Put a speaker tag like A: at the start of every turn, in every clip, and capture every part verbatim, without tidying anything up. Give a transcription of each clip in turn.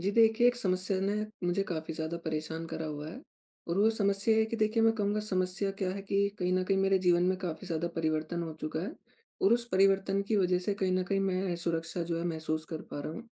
A: जी देखिए, एक समस्या ने मुझे काफ़ी ज़्यादा परेशान करा हुआ है। और वो समस्या है कि देखिए, मैं कहूँगा समस्या क्या है कि कहीं न कहीं मेरे जीवन में काफ़ी ज़्यादा परिवर्तन हो चुका है और उस परिवर्तन की वज़ह से कहीं न कहीं मैं सुरक्षा जो है महसूस कर पा रहा हूँ।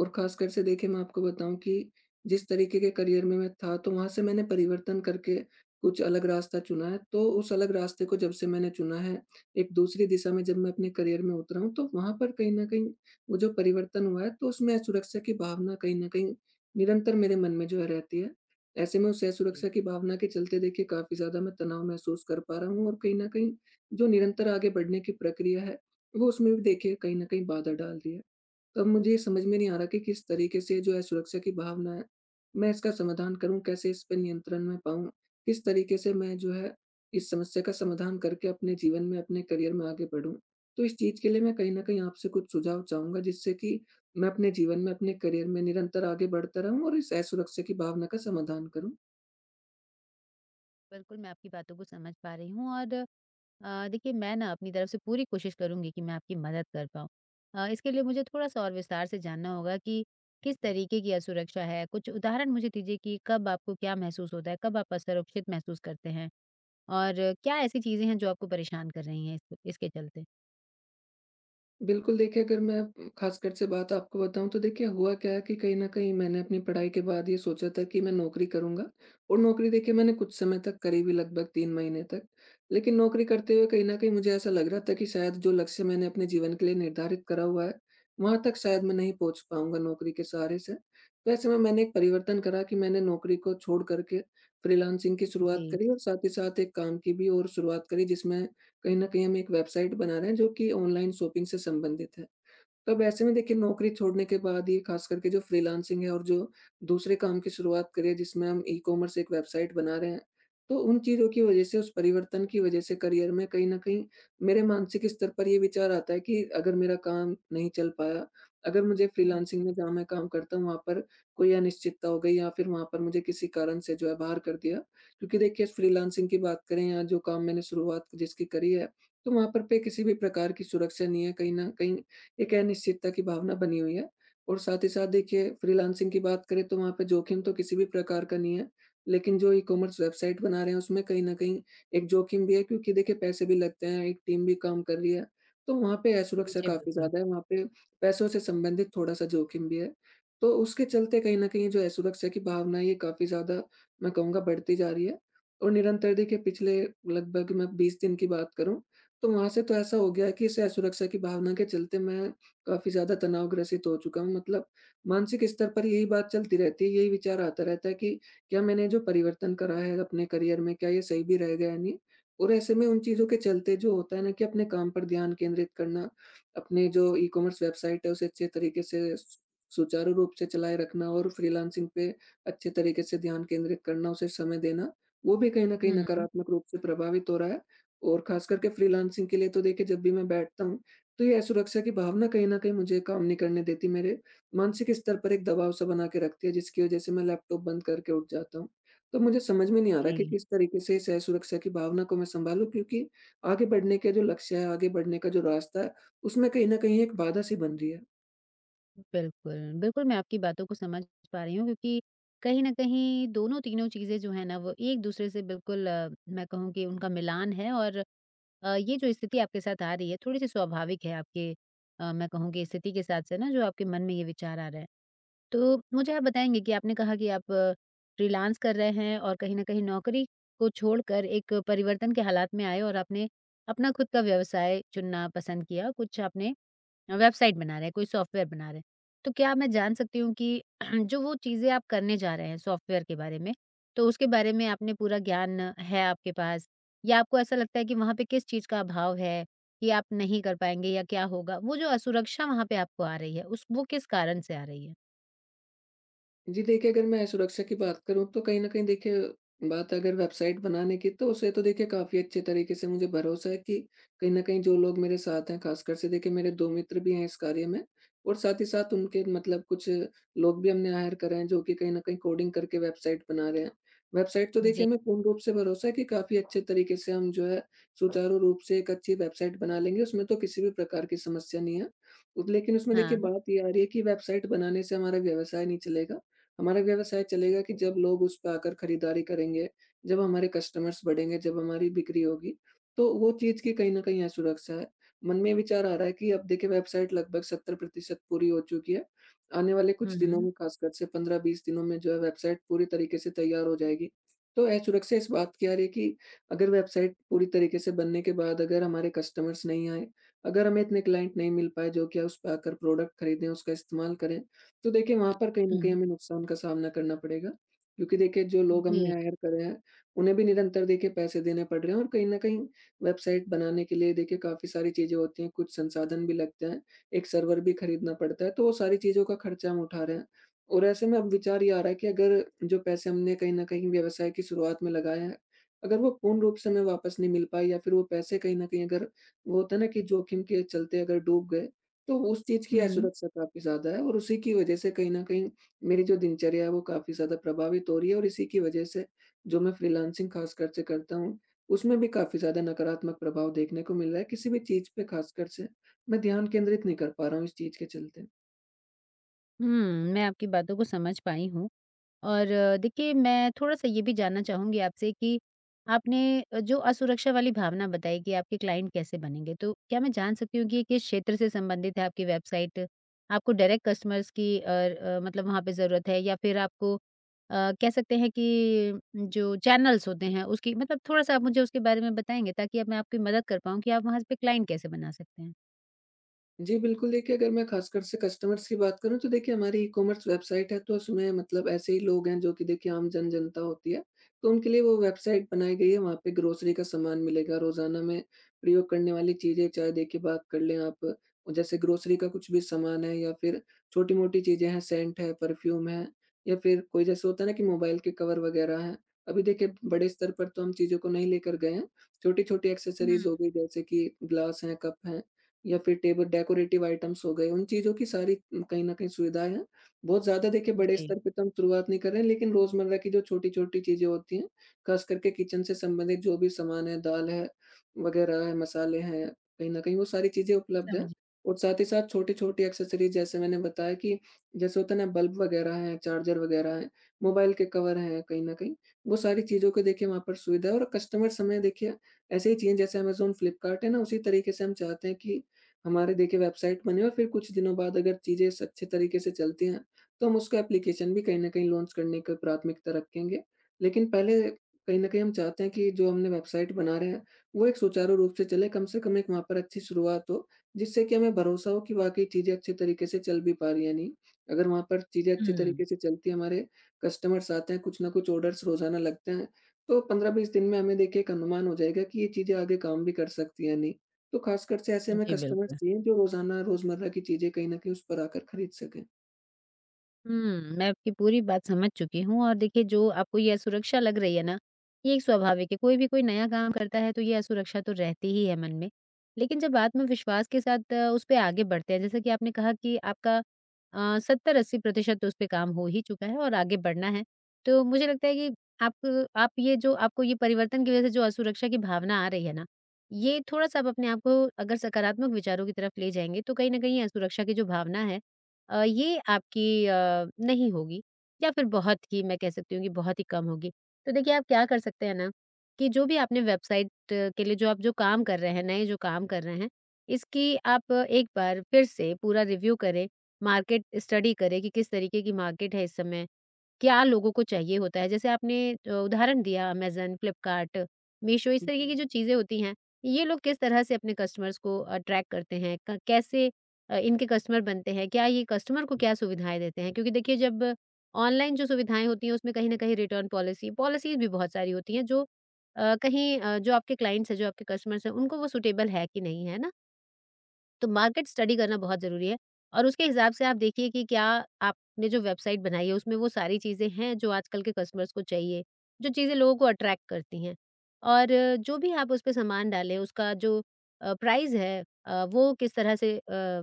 A: और ख़ासकर से देखिए, मैं आपको बताऊँ कि जिस तरीके के करियर में मैं था, तो वहाँ से मैंने परिवर्तन करके कुछ अलग रास्ता चुना है। तो उस अलग रास्ते को जब से मैंने चुना है, एक दूसरी दिशा में जब मैं अपने करियर में उतरा हूँ, तो वहाँ पर कहीं न कहीं वो जो परिवर्तन हुआ है, तो उसमें असुरक्षा की भावना कहीं न कहीं निरंतर मेरे मन में जो है रहती है। ऐसे में उस
B: जी,
A: असुरक्षा की भावना के चलते देखिए, काफ़ी ज़्यादा मैं तनाव महसूस कर पा रहा हूँ और कहीं न कहीं जो निरंतर आगे बढ़ने की प्रक्रिया है, वो उसमें भी देखिए कहीं न कहीं बाधा डाल रही है। तब मुझे ये समझ में नहीं आ रहा कि किस तरीके से जो है सुरक्षा की भावना है, मैं इसका समाधान करूँ? कैसे इस पे नियंत्रण में पाऊँ? किस तरीके से मैं जो है इस समस्या का समाधान करके अपने जीवन में, अपने करियर में आगे बढ़ूँ? तो इस चीज़ के लिए मैं कहीं न कहीं आपसे कुछ सुझाव चाहूँगा जिससे कि मैं अपने जीवन में, अपने करियर में निरंतर आगे बढ़ता रहूँ और इस असुरक्षा की भावना का समाधान करूँ।
B: बिल्कुल मैं आपकी बातों को समझ पा रही हूँ और अ, देखिए मैं ना अपनी तरफ से पूरी कोशिश करूँगी कि मैं आपकी मदद कर पाऊँ। अ, इसके लिए मुझे थोड़ा-सा और विस्तार से जानना होगा कि किस तरीके की असुरक्षा है? कुछ उदाहरण मुझे दीजिए कि कब आपको क्या महसूस होता है? कब आप असुरक्षित महसूस करते हैं? और क्या ऐसी चीज़ें हैं जो आपको परेशान कर रही हैं इस इसके चलते?
A: बिल्कुल, देखिए अगर मैं उम, ख़ासकर से बात आपको बताऊँ, तो देखिए हुआ क्या है कि कहीं न कहीं मैंने अपनी पढ़ाई के बाद ये सोचा था कि मैं नौकरी करूँगा और नौकरी देखिए, मैंने कुछ समय तक करी भी, लगभग तीन महीने तक। लेकिन नौकरी करते हुए कहीं न कहीं मुझे ऐसा लग रहा था कि शायद जो लक्ष्य मैंने अपने जीवन के लिए निर्धारित करा हुआ है, वहाँ तक शायद मैं नहीं पहुँच पाऊँगा नौकरी के सहारे से। तो ऐसे में मैंने एक परिवर्तन करा कि मैंने नौकरी को छोड़ कर के फ्रीलांसिंग की शुरुआत
B: जी,
A: करी और साथ ही साथ एक काम की भी और शुरुआत करी, जिसमें कहीं न कहीं हम एक वेबसाइट बना रहे हैं जो कि ऑनलाइन शॉपिंग से संबंधित है। तब ऐसे में देखिए, नौकरी छोड़ने के बाद ये खास करके जो फ्रीलांसिंग है और जो दूसरे काम की शुरुआत करें जिसमें हम ई-कॉमर्स एक वेबसाइट बना रहे हैं, तो उन चीज़ों की वज़ह से, उस परिवर्तन की वज़ह से करियर में कहीं न कहीं मेरे मानसिक स्तर पर ये विचार आता है कि अगर मेरा काम नहीं चल पाया, अगर मुझे फ्रीलांसिंग में जहाँ मैं काम करता हूँ वहाँ पर कोई अनिश्चितता हो गई या फिर वहाँ पर मुझे किसी कारण से जो है बाहर कर दिया। क्योंकि देखिए, फ्रीलांसिंग की बात करें या जो काम मैंने शुरुआत जिसकी करी है, तो वहाँ पर पे किसी भी प्रकार की सुरक्षा नहीं है, कहीं न कहीं एक अनिश्चितता की भावना बनी हुई है। और साथ ही साथ देखिए, फ्रीलांसिंग की बात करें तो वहाँ पे जोखिम तो किसी भी प्रकार का नहीं है। लेकिन जो ई-कॉमर्स वेबसाइट बना रहे हैं उसमें कहीं न कहीं एक जोखिम भी है, क्योंकि देखिए पैसे भी लगते हैं, एक टीम भी काम कर रही है। तो वहाँ पे असुरक्षा
B: जी
A: काफ़ी
B: बिल्कुल।
A: ज़्यादा है, वहाँ पे पैसों से संबंधित थोड़ा-सा जोखिम भी है। तो उसके चलते कहीं न कहीं जो असुरक्षा की भावना है, ये काफ़ी ज़्यादा मैं कहूँगा बढ़ती जा रही है। और निरंतर देखिए पिछले लगभग मैं बीस दिन की बात करूँ, तो वहाँ से तो ऐसा हो गया है कि इस असुरक्षा की भावना के चलते मैं काफ़ी ज़्यादा तनावग्रसित हो चुका हूँ। मतलब मानसिक स्तर पर यही बात चलती रहती है, यही विचार आता रहता है कि क्या मैंने जो परिवर्तन करा है अपने करियर में, क्या ये सही भी रहेगा या नहीं? और ऐसे में उन चीज़ों के चलते जो होता है ना कि अपने काम पर ध्यान केंद्रित करना, अपने जो ई-कॉमर्स वेबसाइट है उसे अच्छे तरीके से सु सुचारू रूप से चलाए रखना और फ्रीलांसिंग पे अच्छे तरीके से ध्यान केंद्रित करना, उसे समय देना, वो भी कहीं न कहीं
B: हुँ, हुँ।
A: नकारात्मक रूप से प्रभावित हो रहा है। और खास करके फ्रीलांसिंग के लिए तो देखिए जब भी मैं बैठता हूँ, तो ये असुरक्षा की भावना कहीं न कहीं मुझे काम नहीं करने देती, मेरे मानसिक स्तर पर एक दबाव सा बना के रखती है, जिसकी वज़ह से मैं लैपटॉप बंद करके उठ जाता हूँ। तो मुझे समझ में नहीं आ रहा कि
B: जी।
A: किस तरीके से इस असुरक्षा की भावना को मैं सँभालूँ, क्योंकि आगे बढ़ने के जो लक्ष्य है, आगे बढ़ने का जो रास्ता है, उसमें कहीं न कहीं एक बाधा-सी बन रही है।
B: बिल्कुल, बिल्कुल मैं आपकी बातों को समझ पा रही हूँ क्योंकि कहीं न कहीं दोनों तीनों चीज़ें जो हैं ना वो एक-दूसरे से बिल्कुल अ, मैं कहूँ कि उनका मिलान है और अ, ये जो स्थिति आपके साथ आ रही है थोड़ी-सी स्वाभाविक है आपके अ, मैं कहूँ कि स्थिति के साथ से ना जो आपके मन में ये विचार आ रहे हैं। तो मुझे आप बताएँगे कि आपने कहा कि आप फ्रीलांस कर रहे हैं और कहीं न कहीं नौकरी को छोड़कर एक परिवर्तन के हालात में आए और आपने अपना खुद का व्यवसाय चुनना पसंद किया। कुछ आपने वेबसाइट बना रहे हैं, कोई सॉफ्टवेयर बना रहे हैं। तो क्या मैं जान सकती हूँ कि जो वो चीज़ें आप करने जा रहे हैं सॉफ्टवेयर के बारे में, तो उसके बारे में आपने पूरा ज्ञान है आपके पास? या आपको ऐसा लगता है कि वहाँ पे किस चीज़ का अभाव है, कि आप नहीं कर पाएँगे या क्या होगा? वो जो असुरक्षा वहाँ पे आपको आ रही है, उस वो किस कारण से आ रही है?
A: जी देखिए, अगर मैं सुरक्षा की बात करूँ तो कहीं न कहीं देखिए बात अगर वेबसाइट बनाने की, तो उसे तो देखिए काफ़ी अच्छे तरीके से मुझे भरोसा है कि कहीं न कहीं जो लोग मेरे साथ हैं, ख़ासकर से देखिए, मेरे दो मित्र भी हैं इस कार्य में और साथ ही साथ उनके मतलब कुछ लोग भी हमने हायर करे हैं जो कि कहीं न कहीं कोडिंग करके वेबसाइट बना रहे हैं। वेबसाइट तो
B: जी।
A: देखिए, हमें पूर्ण रूप से भरोसा है कि काफ़ी अच्छे तरीके से हम जो है सुचारू रूप से एक अच्छी वेबसाइट बना लेंगे, उसमें तो किसी भी प्रकार की समस्या नहीं है। उत- लेकिन उसमें देखिए
B: हाँ।
A: बात ये आ रही है कि वेबसाइट बनाने से हमारा व्यवसाय नहीं चलेगा। हमारा व्यवसाय चलेगा कि जब लोग उस पे आकर खरीदारी करेंगे, जब हमारे कस्टमर्स बढ़ेंगे, जब हमारी बिक्री होगी, तो वो चीज़ की कहीं न कहीं असुरक्षा है। मन में ये विचार आ रहा है कि अब देखिए, वेबसाइट लगभग सत्तर प्रतिशत पूरी हो चुकी है। आने वाले कुछ दिनों
B: हुँ,
A: में, खासकर से पंद्रह से बीस दिनों में जो है वेबसाइट पूरी तरीके से तैयार हो जाएगी। तो असुरक्षा इस बात की आ रही है कि अगर वेबसाइट पूरी तरीके से बनने के बाद अगर हमारे कस्टमर्स नहीं आए, अगर हमें इतने क्लाइंट नहीं मिल पाए जो कि उस पे आकर प्रोडक्ट खरीदें, उसका इस्तेमाल करें, तो देखिए वहाँ पर कहीं न कहीं
B: हुँ,
A: हमें नुकसान का सामना करना पड़ेगा, क्योंकि देखिए जो लोग हमने
B: जी।
A: हायर करे हैं, उन्हें भी निरंतर देखिए पैसे देने पड़ रहे हैं और कहीं न कहीं वेबसाइट बनाने के लिए देखिए काफ़ी सारी चीज़ें होती हैं, कुछ संसाधन भी लगते हैं, एक सर्वर भी खरीदना पड़ता है, तो वो सारी चीज़ों का खर्चा हम उठा रहे हैं। और ऐसे में अब विचार ये आ रहा है कि अगर जो पैसे हमने कहीं न कहीं व्यवसाय की शुरुआत में लगाए हैं, अगर वो पूर्ण रूप से हमें वापस नहीं मिल पाए या फिर वो पैसे कहीं न कहीं अगर वो होता है ना कि जोखिम के चलते अगर डूब गए, तो उस चीज़ की
B: हुँ,
A: असुरक्षा काफ़ी ज़्यादा है और उसी की वजह से कहीं न कहीं मेरी जो दिनचर्या है वो काफ़ी ज़्यादा प्रभावित हो रही है और इसी की वजह से जो मैं फ्रीलांसिंग ख़ासकर से करता हूँ, उसमें भी काफ़ी ज़्यादा नकारात्मक प्रभाव देखने को मिल रहा है। किसी भी चीज़ पे ख़ासकर से मैं ध्यान केंद्रित नहीं कर पा रहा हूँ इस चीज़ के चलते।
B: हुँ, मैं आपकी बातों को समझ पाई हूँ। और अ, देखिए मैं थोड़ा-सा ये भी जानना चाहूँगी आपसे कि आपने अ, जो असुरक्षा वाली भावना बताई कि आपके क्लाइंट कैसे बनेंगे, तो क्या मैं जान सकती हूँ कि ये किस क्षेत्र से संबंधित है आपकी वेबसाइट? आपको डायरेक्ट कस्टमर्स की और अ, मतलब वहाँ पे ज़रूरत है या फिर आपको अ, कह सकते हैं कि जो चैनल्स होते हैं उसकी मतलब थोड़ा-सा आप मुझे उसके बारे में बताएँगे ताकि अब मैं आपकी मदद कर पाऊँ कि आप वहाँ पे क्लाइंट कैसे बना सकते हैं?
A: जी, बिल्कुल देखिए, अगर मैं ख़ासकर से कस्टमर्स की बात करूँ तो देखिए हमारी ई-कॉमर्स वेबसाइट है, तो उसमें मतलब ऐसे ही लोग हैं जो कि देखिए आम जन-जनता होती है। तो उनके लिए वो वेबसाइट बनाई गई है, वहाँ पे ग्रोसरी का सामान मिलेगा, रोज़ाना में प्रयोग करने वाली चीज़ें, चाहे देखिए बात कर लें आप, जैसे ग्रोसरी का कुछ भी सामान है या फिर छोटी-मोटी चीज़ें हैं, सेंट है, परफ्यूम है या फिर कोई जैसे होता है ना कि मोबाइल के कवर वग़ैरह हैं। अभी देखिए बड़े स्तर पर तो हम चीज़ों को नहीं लेकर गए हैं। छोटी-छोटी एक्सेसरीज़ हो
B: हुँ।
A: गई जैसे कि ग्लास हैं, कप हैं या फिर टेबल डेकोरेटिव आइटम्स हो गए, उन चीज़ों की सारी उम, कहीं न कहीं सुविधाएँ हैं। बहुत ज़्यादा देखिए बड़े
B: जी,
A: स्तर पे तो हम शुरुआत नहीं कर रहे हैं, लेकिन रोज़मर्रा की जो छोटी-छोटी चीज़ें होती हैं, ख़ास करके किचन से संबंधित जो भी सामान है, दाल है, वग़ैरह है, मसाले हैं, कहीं न कहीं वो सारी चीज़ें उपलब्ध हैं।
B: समझी।
A: और साथ ही साथ छोटी-छोटी एक्सेसरीज़ जैसे मैंने बताया कि जैसे होता है ना बल्ब वग़ैरह हैं, चार्जर वग़ैरह हैं, मोबाइल के कवर हैं कहीं न कहीं, वो सारी चीज़ों की देखिए वहाँ पर सुविधा है और कस्टमर समय देखिए ऐसे ही चाहिए जैसे अमेज़न, फ्लिपकार्ट है ना, उसी तरीके से हम चाहते हैं कि हमारे देखिए वेबसाइट बने और फिर कुछ दिनों बाद अगर चीज़ें स अच्छे तरीके से चलती हैं, तो हम उसका एप्लीकेशन भी कहीं न कहीं लॉन्च करने का प्राथमिकता रखेंगे। लेकिन पहले कहीं न कहीं हम चाहते हैं कि जो हमने वेबसाइट बना रहे हैं, वो एक सुचारू रूप से चले, कम से कम एक वहाँ पर अच्छी शुरुआत हो, जिससे कि हमें भरोसा हो कि वाक़ई चीज़ें अच्छे तरीके से चल भी पा रही हैं या नहीं। अगर वहाँ पर चीज़ें अच्छे
B: हुँ,
A: तरीके से चलती हैं, हमारे कस्टमर्स आते हैं, कुछ न कुछ ऑर्डर्स रोज़ाना लगते हैं, तो पंद्रह से बीस दिन में हमें देखिए एक अनुमान हो जाएगा कि ये चीज़ें आगे काम भी कर सकती हैं या नहीं। तो खासकर से ऐसे में
B: जी,
A: कस्टमर्स
B: बिल्कुल।
A: चाहिए जो रोज़ाना रोज़मर्रा की चीज़ें कहीं न कहीं उस पर आकर खरीद सकें।
B: हुँ, मैं आपकी पूरी बात समझ चुकी हूँ और देखिए जो आपको ये असुरक्षा लग रही है ना, ये एक स्वाभाविक है, कोई भी कोई नया काम करता है तो ये असुरक्षा तो रहती ही है मन में। लेकिन जब आत्मविश्वास के साथ अ, उस पे आगे बढ़ते हैं, जैसे कि आपने कहा कि आपका अ, सत्तर-अस्सी प्रतिशत तो उस पे काम हो ही चुका है और आगे बढ़ना है, तो मुझे लगता है कि आप आप ये जो आपको ये परिवर्तन की वजह से जो असुरक्षा की भावना आ रही है ना, ये थोड़ा-सा आप अपने आप को अगर सकारात्मक विचारों की तरफ ले जाएँगे, तो कहीं न कहीं ये असुरक्षा की जो भावना है, अ, ये आपकी अ, नहीं होगी या फिर बहुत ही मैं कह सकती हूँ कि बहुत ही कम होगी। तो देखिए आप क्या कर सकते हैं ना, कि जो भी आपने वेबसाइट के लिए जो आप जो काम कर रहे हैं, नए जो काम कर रहे हैं, इसकी आप एक बार फिर से पूरा रिव्यू करें, मार्केट स्टडी करें कि किस तरीके की मार्केट है इस समय क्या लोगों को चाहिए होता है। जैसे आपने अ, उदाहरण दिया अमेज़न, फ्लिपकार्ट, मीशो इस
A: हुँ,
B: तरीके की
A: हुँ।
B: जो चीज़ें होती हैं, ये लोग किस तरह से अपने कस्टमर्स को अट्रैक्ट करते हैं? क कैसे अ, इनके कस्टमर बनते हैं? क्या ये कस्टमर को क्या सुविधाएँ देते हैं? क्योंकि देखिए जब ऑनलाइन जो सुविधाएँ होती हैं उसमें कहीं न कहीं रिटर्न पॉलिसी, पॉलिसीज़ भी बहुत सारी होती हैं जो अ, कहीं अ, जो आपके क्लाइंट्स हैं, जो आपके कस्टमर्स हैं उनको वो सूटेबल है कि नहीं, है ना? तो मार्केट स्टडी करना बहुत ज़रूरी है और उसके हिसाब से आप देखिए कि क्या आपने जो वेबसाइट बनाई है उसमें वो सारी चीज़ें हैं जो आजकल के कस्टमर्स को चाहिए, जो चीज़ें लोगों को अट्रैक्ट करती हैं। और जो भी आप उस पे सामान डालें उसका जो अ, प्राइस है अ, वो किस तरह से अ,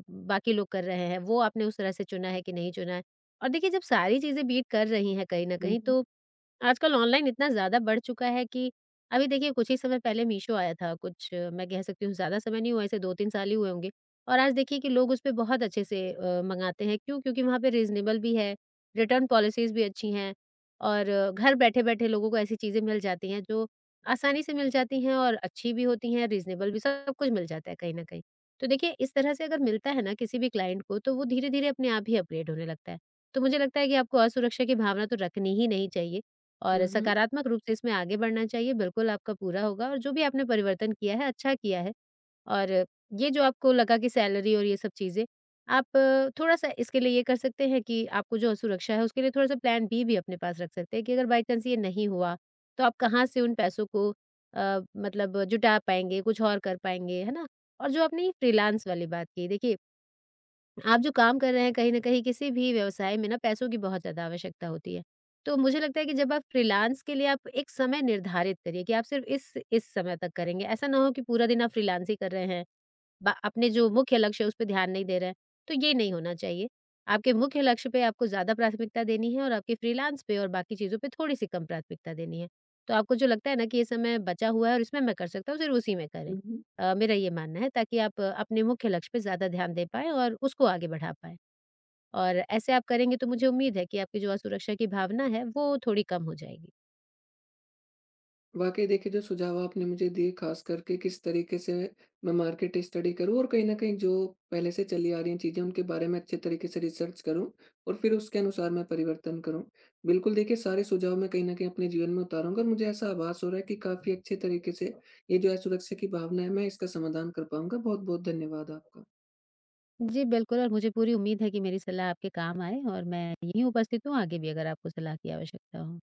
B: बाकी लोग कर रहे हैं, वो आपने उस तरह से चुना है कि नहीं चुना है। और देखिए जब सारी चीज़ें बीट कर रही हैं कहीं न
A: हुँ,
B: कहीं
A: हुँ।
B: तो आजकल ऑनलाइन इतना ज़्यादा बढ़ चुका है कि अभी देखिए कुछ ही समय पहले मीशो आया था, कुछ अ, मैं कह सकती हूँ ज़्यादा समय नहीं हुआ इसे दो तीन साल ही हुए होंगे। और आज देखिए कि लोग उसपे बहुत अच्छे से अ, मँगाते हैं, क्यों? क्योंकि वहाँ पे रीज़नेबल भी है, रिटर्न पॉलिसीज़ भी अच्छी हैं और अ, घर बैठे-बैठे लोगों को ऐसी चीज़ें मिल जाती हैं जो आसानी से मिल जाती हैं और अच्छी भी होती हैं, रीज़नेबल भी, सब कुछ मिल जाता है कहीं न कहीं। तो देखिए इस तरह से अगर मिलता है ना किसी भी क्लाइंट को तो वो धीरे-धीरे अपने आप ही अपग्रेड होने लगता है। तो मुझे लगता है कि आपको असुरक्षा की भावना तो रखनी ही नहीं चाहिए
A: हुँ,
B: और
A: हुँ।
B: सकारात्मक रूप से इसमें आगे बढ़ना चाहिए, बिल्कुल आपका पूरा होगा और जो भी आपने परिवर्तन किया है, अच्छा किया है। और ये जो आपको लगा कि सैलरी और ये सब चीज़ें, आप थोड़ा-सा इसके लिए ये कर सकते हैं कि आपको जो सुरक्षा है, उसके लिए थोड़ा-सा प्लान बी भी अपने पास रख सकते हैं कि अगर बाई चांस ये नहीं हुआ, तो आप कहाँ से उन पैसों को अ, मतलब जुटा पाएँगे, कुछ और कर पाएँगे, है ना? और जो आपने ये फ्रीलांस वाली बात की, देखिए, आप जो काम कर रहे हैं, कहीं न कहीं किसी भी व्यवसाय में ना पैसों की बहुत ज़्यादा आवश्यकता होती है। तो मुझे लगता है कि जब आप फ्रीलांस के लिए आप एक समय निर्धारित करिए कि आप सिर्फ़ इस इस समय तक करेंगे। ऐसा ना हो कि पूरा दिन आप फ्रीलांस ही कर रहे हैं। बा अपने जो मुख्य लक्ष्य है उस पे ध्यान नहीं दे रहे हैं, तो ये नहीं होना चाहिए। आपके मुख्य लक्ष्य पे आपको ज़्यादा प्राथमिकता देनी है और आपके फ्रीलांस पे और बाकी चीज़ों पे थोड़ी-सी कम प्राथमिकता देनी है। तो आपको जो लगता है ना कि ये समय बचा हुआ है और इसमें मैं कर सकता हूँ, सिर्फ़ उसी में करें।
A: हुँ, हुँ।
B: अ, मेरा ये मानना है ताकि आप अ, अपने मुख्य लक्ष्य पे ज़्यादा ध्यान दे पाएँ और उसको आगे बढ़ा पाएँ। और ऐसे आप करेंगे तो मुझे उम्मीद है कि आपकी जो असुरक्षा की भावना है, वो थोड़ी कम हो जाएगी।
A: वाक़ई देखिए, जो सुझाव आपने मुझे दिए ख़ास करके किस तरीके से मैं मार्केट स्टडी करूँ और कहीं न कहीं जो पहले से चली आ रही हैं चीज़ें उनके बारे में अच्छे तरीके से रिसर्च करूँ और फिर उसके अनुसार मैं परिवर्तन करूँ। बिल्कुल देखिए, सारे सुझाव मैं कहीं न कहीं अपने जीवन में उतारूँगा और मुझे ऐसा आभास हो रहा है कि काफ़ी अच्छे तरीके से ये जो असुरक्षा की भावना है, मैं इसका समाधान कर पाऊँगा। बहुत-बहुत धन्यवाद आपका।
B: जी, बिल्कुल और मुझे पूरी उम्मीद है कि मेरी सलाह आपके काम आए और मैं यहीं उपस्थित हूँ आगे भी अगर आपको सलाह की आवश्यकता हो।